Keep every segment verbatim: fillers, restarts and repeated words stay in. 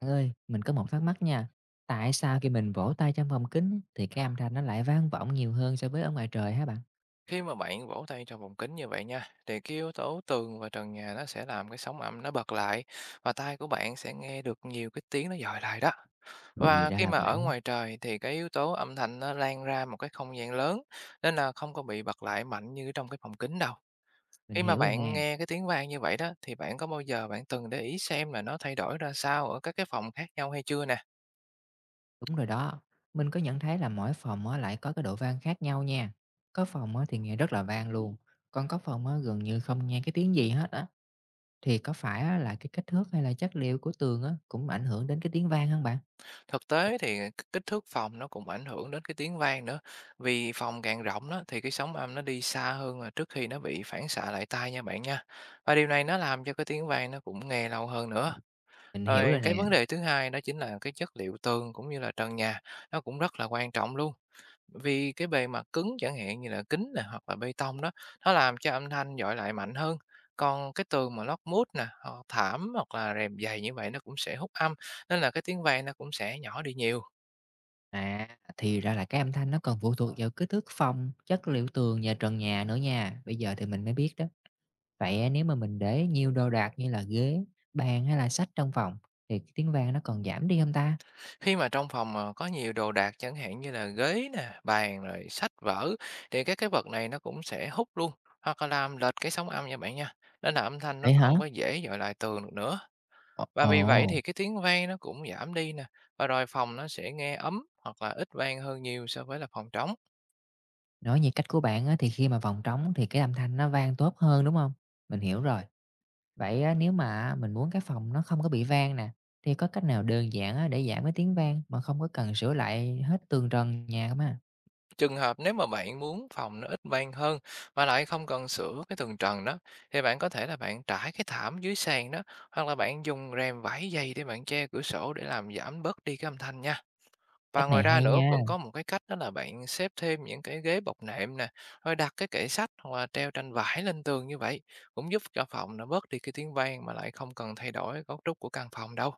Bạn ơi, mình có một thắc mắc nha. Tại sao khi mình vỗ tay trong phòng kính thì cái âm thanh nó lại vang vọng nhiều hơn so với ở ngoài trời hả bạn? Khi mà bạn vỗ tay trong vòng kính như vậy nha, thì cái yếu tố tường và trần nhà nó sẽ làm cái sóng âm nó bật lại và tai của bạn sẽ nghe được nhiều cái tiếng nó dội lại đó. Thì Và ra khi là mà vậy. ở ngoài trời thì cái yếu tố âm thanh nó lan ra một cái không gian lớn, nên là không có bị bật lại mạnh như trong cái phòng kính đâu. Mình Khi mà hiểu rồi nè, bạn nghe cái tiếng vang như vậy đó thì bạn có bao giờ bạn từng để ý xem là nó thay đổi ra sao ở các cái phòng khác nhau hay chưa nè? đúng rồi đó. Mình có nhận thấy là mỗi phòng á lại có cái độ vang khác nhau nha. Có phòng á thì nghe rất là vang luôn, còn có phòng á gần như không nghe cái tiếng gì hết á. Thì có phải á là cái kích thước hay là chất liệu của tường á cũng ảnh hưởng đến cái tiếng vang không bạn? Thực tế thì cái kích thước phòng nó cũng ảnh hưởng đến cái tiếng vang nữa. Vì phòng càng rộng đó thì cái sóng âm nó đi xa hơn là trước khi nó bị phản xạ lại tai nha bạn nha. Và điều này nó làm cho cái tiếng vang nó cũng nghe lâu hơn nữa. Mình hiểu Rồi rồi nè. cái vấn đề thứ hai đó chính là cái chất liệu tường cũng như là trần nhà nó cũng rất là quan trọng luôn. Vì cái bề mặt cứng chẳng hạn như là kính nè hoặc là bê tông đó nó làm cho âm thanh dội lại mạnh hơn. Còn cái tường mà lót mút nè, hoặc thảm hoặc là rèm dày như vậy nó cũng sẽ hút âm, nên là cái tiếng vang nó cũng sẽ nhỏ đi nhiều. À, thì ra là cái âm thanh nó còn phụ thuộc vào kích thước phòng, chất liệu tường và trần nhà nữa nha. Bây giờ thì mình mới biết đó. Vậy á, nếu mà mình để nhiều đồ đạc như là ghế, bàn hay là sách trong phòng thì cái tiếng vang nó còn giảm đi không ta? Khi mà trong phòng mà có nhiều đồ đạc chẳng hạn như là ghế nè, bàn rồi sách vở thì các cái vật này nó cũng sẽ hút luôn hoặc là làm lệch cái sóng âm nha bạn nha. Nên là âm thanh Vậy nó hả? không có dễ dội lại tường được nữa. Ồ, Và vì vậy ồ, thì cái tiếng vang nó cũng giảm đi nè. Và rồi phòng nó sẽ nghe ấm hoặc là ít vang hơn nhiều so với là phòng trống. nói như cách của bạn á, thì khi mà phòng trống thì cái âm thanh nó vang tốt hơn đúng không? Mình hiểu rồi. Vậy á, nếu mà mình muốn cái phòng nó không có bị vang nè, thì có cách nào đơn giản á, để giảm cái tiếng vang mà không có cần sửa lại hết tường trần nhà không ha? Trường hợp nếu mà bạn muốn phòng nó ít bang hơn mà lại không cần sửa cái tường trần đó, thì bạn có thể là bạn trải cái thảm dưới sàn đó hoặc là bạn dùng rèm vải dày để bạn che cửa sổ để làm giảm bớt đi cái âm thanh nha. Và Cách này ngoài ra hay nữa nha. cũng có một cái cách đó là bạn xếp thêm những cái ghế bọc nệm nè, rồi đặt cái kệ sách hoặc là treo tranh vải lên tường như vậy cũng giúp cho phòng nó bớt đi cái tiếng vang mà lại không cần thay đổi cấu trúc của căn phòng đâu.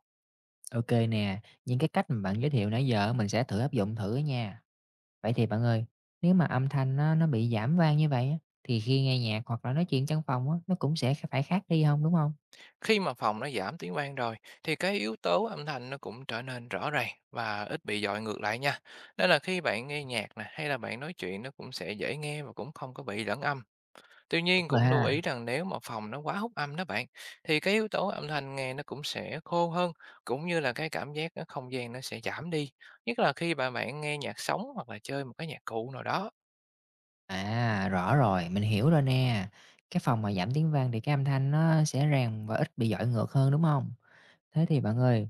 OK nè, những cái cách mà bạn giới thiệu nãy giờ mình sẽ thử áp dụng thử nha. Vậy thì bạn ơi, nếu mà âm thanh nó nó bị giảm vang như vậy á, thì khi nghe nhạc hoặc là nói chuyện trong phòng á, nó cũng sẽ phải khác đi không đúng không? Khi mà phòng nó giảm tiếng vang rồi thì cái yếu tố âm thanh nó cũng trở nên rõ ràng và ít bị dọi ngược lại nha. Nên là khi bạn nghe nhạc nè hay là bạn nói chuyện nó cũng sẽ dễ nghe và cũng không có bị lẫn âm. Tuy Đúng nhiên rồi cũng lưu ha. ý rằng nếu mà phòng nó quá hút âm đó bạn, thì cái yếu tố âm thanh nghe nó cũng sẽ khô hơn, cũng như là cái cảm giác ở không gian nó sẽ giảm đi. Nhất là khi mà bạn nghe nhạc sống hoặc là chơi một cái nhạc cụ nào đó. À, rõ rồi, mình hiểu rồi nè. Cái phòng mà giảm tiếng vang thì cái âm thanh nó sẽ rèn và ít bị dọi ngược hơn, đúng không? Thế thì bạn ơi,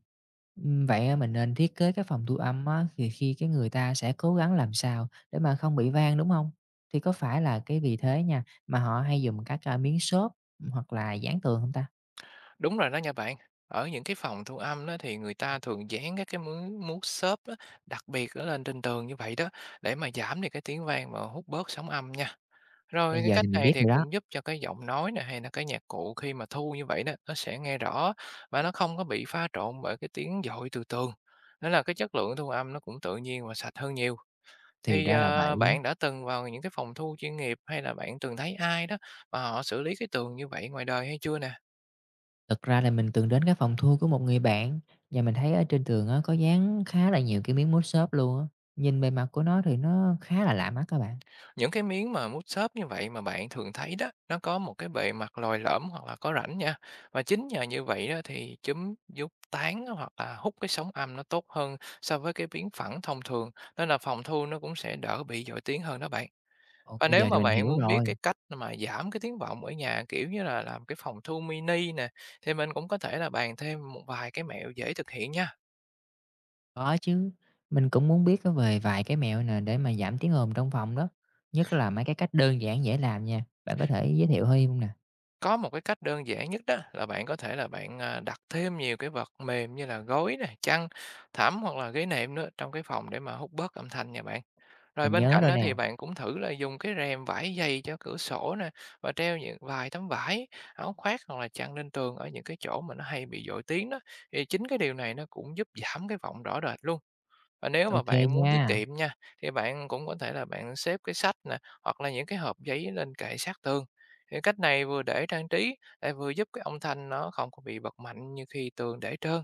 ừm, vậy mình nên thiết kế cái phòng thu âm á, thì khi cái người ta sẽ cố gắng làm sao để mà không bị vang, đúng không? Thì có phải là cái vì thế nha, mà họ hay dùng các, a, miếng xốp, hoặc là dán tường không ta? Đúng rồi đó nha bạn. Ở những cái phòng thu âm đó thì người ta thường dán các cái mướn mút xốp á, đặc biệt ở lên trên tường như vậy đó để mà giảm đi cái tiếng vang và hút bớt sóng âm nha. Rồi Bây cái giờ cách thì mình này biết thì rồi đó, cũng giúp cho cái giọng nói này hay là cái nhạc cụ khi mà thu như vậy đó nó sẽ nghe rõ và nó không có bị pha trộn bởi cái tiếng dội từ tường. Nên là cái chất lượng thu âm nó cũng tự nhiên và sạch hơn nhiều. thì Thì ra là ờ, vậy. Bạn đã từng vào những cái phòng thu chuyên nghiệp hay là bạn từng thấy ai đó mà họ xử lý cái tường như vậy ngoài đời hay chưa nè? Thực ra là mình từng đến cái phòng thu của một người bạn, và mình thấy ở trên tường á, có dán khá là nhiều cái miếng mút xốp luôn á, nhìn bề mặt của nó thì nó khá là lạ mắt các bạn. Những cái miếng mà mút xốp như vậy mà bạn thường thấy đó, nó có một cái bề mặt lồi lõm hoặc là có rãnh nha. Và chính nhờ như vậy đó thì chúng giúp tán hoặc là hút cái sóng âm nó tốt hơn so với cái miếng phẳng thông thường, nên là phòng thu nó cũng sẽ đỡ bị dội tiếng hơn đó bạn. Ồ, Và bây nếu giờ thì mà mình bạn hiểu muốn biết rồi. cái cách mà giảm cái tiếng vọng ở nhà, kiểu như là làm cái phòng thu mini nè, thì mình cũng có thể là bàn thêm một vài cái mẹo dễ thực hiện nha. Có chứ, mình cũng muốn biết á về vài cái mẹo nè để mà giảm tiếng ồn trong phòng đó, nhất là mấy cái cách đơn giản dễ làm nha, bạn có thể giới thiệu hơi hông nè? Có một cái cách đơn giản nhất đó là bạn có thể là bạn, à, đặt thêm nhiều cái vật mềm như là gối nè, chăn, thảm hoặc là ghế nệm nữa trong cái phòng để mà hút bớt âm thanh nha bạn. Rồi Mình bên nhớ cạnh rồi đó nè, thì bạn cũng thử là dùng cái rèm vải dày cho cửa sổ nè và treo những vài tấm vải, áo khoác hoặc là chăn lên tường ở những cái chỗ mà nó hay bị dội tiếng đó, thì chính cái điều này nó cũng giúp giảm cái vọng rõ rệt luôn. Và nếu mà ok bạn muốn nha. tiết kiệm nha, thì bạn cũng có thể là bạn xếp cái sách nè, hoặc là những cái hộp giấy lên kệ sát tường. Thì cách này vừa để trang trí, lại vừa giúp cái âm thanh nó không có bị bật mạnh như khi tường để trơn.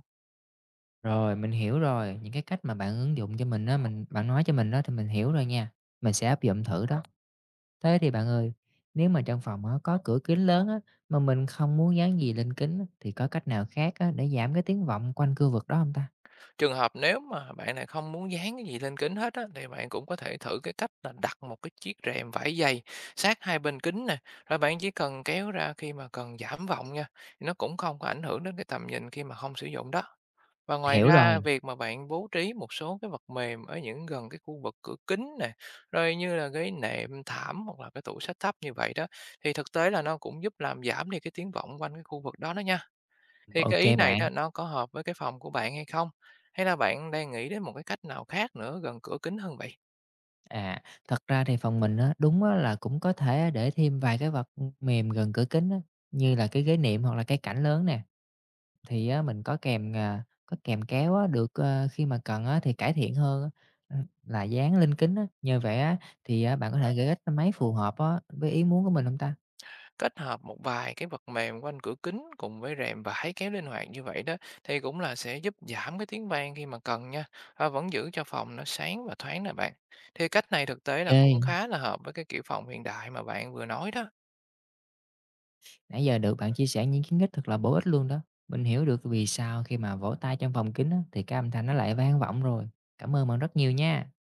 Rồi, mình hiểu rồi, những cái cách mà bạn ứng dụng cho mình đó mình bạn nói cho mình đó thì mình hiểu rồi nha, mình sẽ áp dụng thử đó. Thế thì bạn ơi, nếu mà trong phòng á có cửa kính lớn á, mà mình không muốn dán gì lên kính á, thì có cách nào khác á để giảm cái tiếng vọng quanh khu vực đó không ta? Trường hợp nếu mà bạn lại không muốn dán cái gì lên kính hết á, thì bạn cũng có thể thử cái cách là đặt một cái chiếc rèm vải dày sát hai bên kính nè, rồi bạn chỉ cần kéo ra khi mà cần giảm vọng nha. Thì nó cũng không có ảnh hưởng đến cái tầm nhìn khi mà không sử dụng đó. Và ngoài Hiểu rồi, ra việc mà bạn bố trí một số cái vật mềm ở những gần cái khu vực cửa kính nè, rồi như là cái nệm, thảm hoặc là cái tủ sách thấp như vậy đó, thì thực tế là nó cũng giúp làm giảm đi cái tiếng vọng quanh cái khu vực đó đó nha. Thì ok cái ý này bạn. đó nó có hợp với cái phòng của bạn hay không? Hay là bạn đang nghĩ đến một cái cách nào khác nữa gần cửa kính hơn vậy? À, thật ra thì phòng mình á, đúng á là cũng có thể để thêm vài cái vật mềm gần cửa kính á, như là cái ghế nệm hoặc là cái cảnh lớn nè, thì á mình có kèm, à, có kèm kéo á, được, ờ, khi mà cần á thì cải thiện hơn á, ừm, là dán lên kính á. Nhờ vậy á, thì á bạn có thể gợi ích máy phù hợp á với ý muốn của mình hông ta? Kết hợp một vài cái vật mềm quanh cửa kính cùng với rèm vải kéo linh hoạt như vậy đó thì cũng là sẽ giúp giảm cái tiếng vang khi mà cần nha và vẫn giữ cho phòng nó sáng và thoáng nè bạn. Thì cách này thực tế là cũng OK, khá là hợp với cái kiểu phòng hiện đại mà bạn vừa nói đó. nãy giờ được bạn chia sẻ những kiến thức thật là bổ ích luôn đó. Mình hiểu được vì sao khi mà vỗ tay trong phòng kính á, thì cái âm thanh nó lại vang vọng rồi. Cảm ơn bạn rất nhiều nha.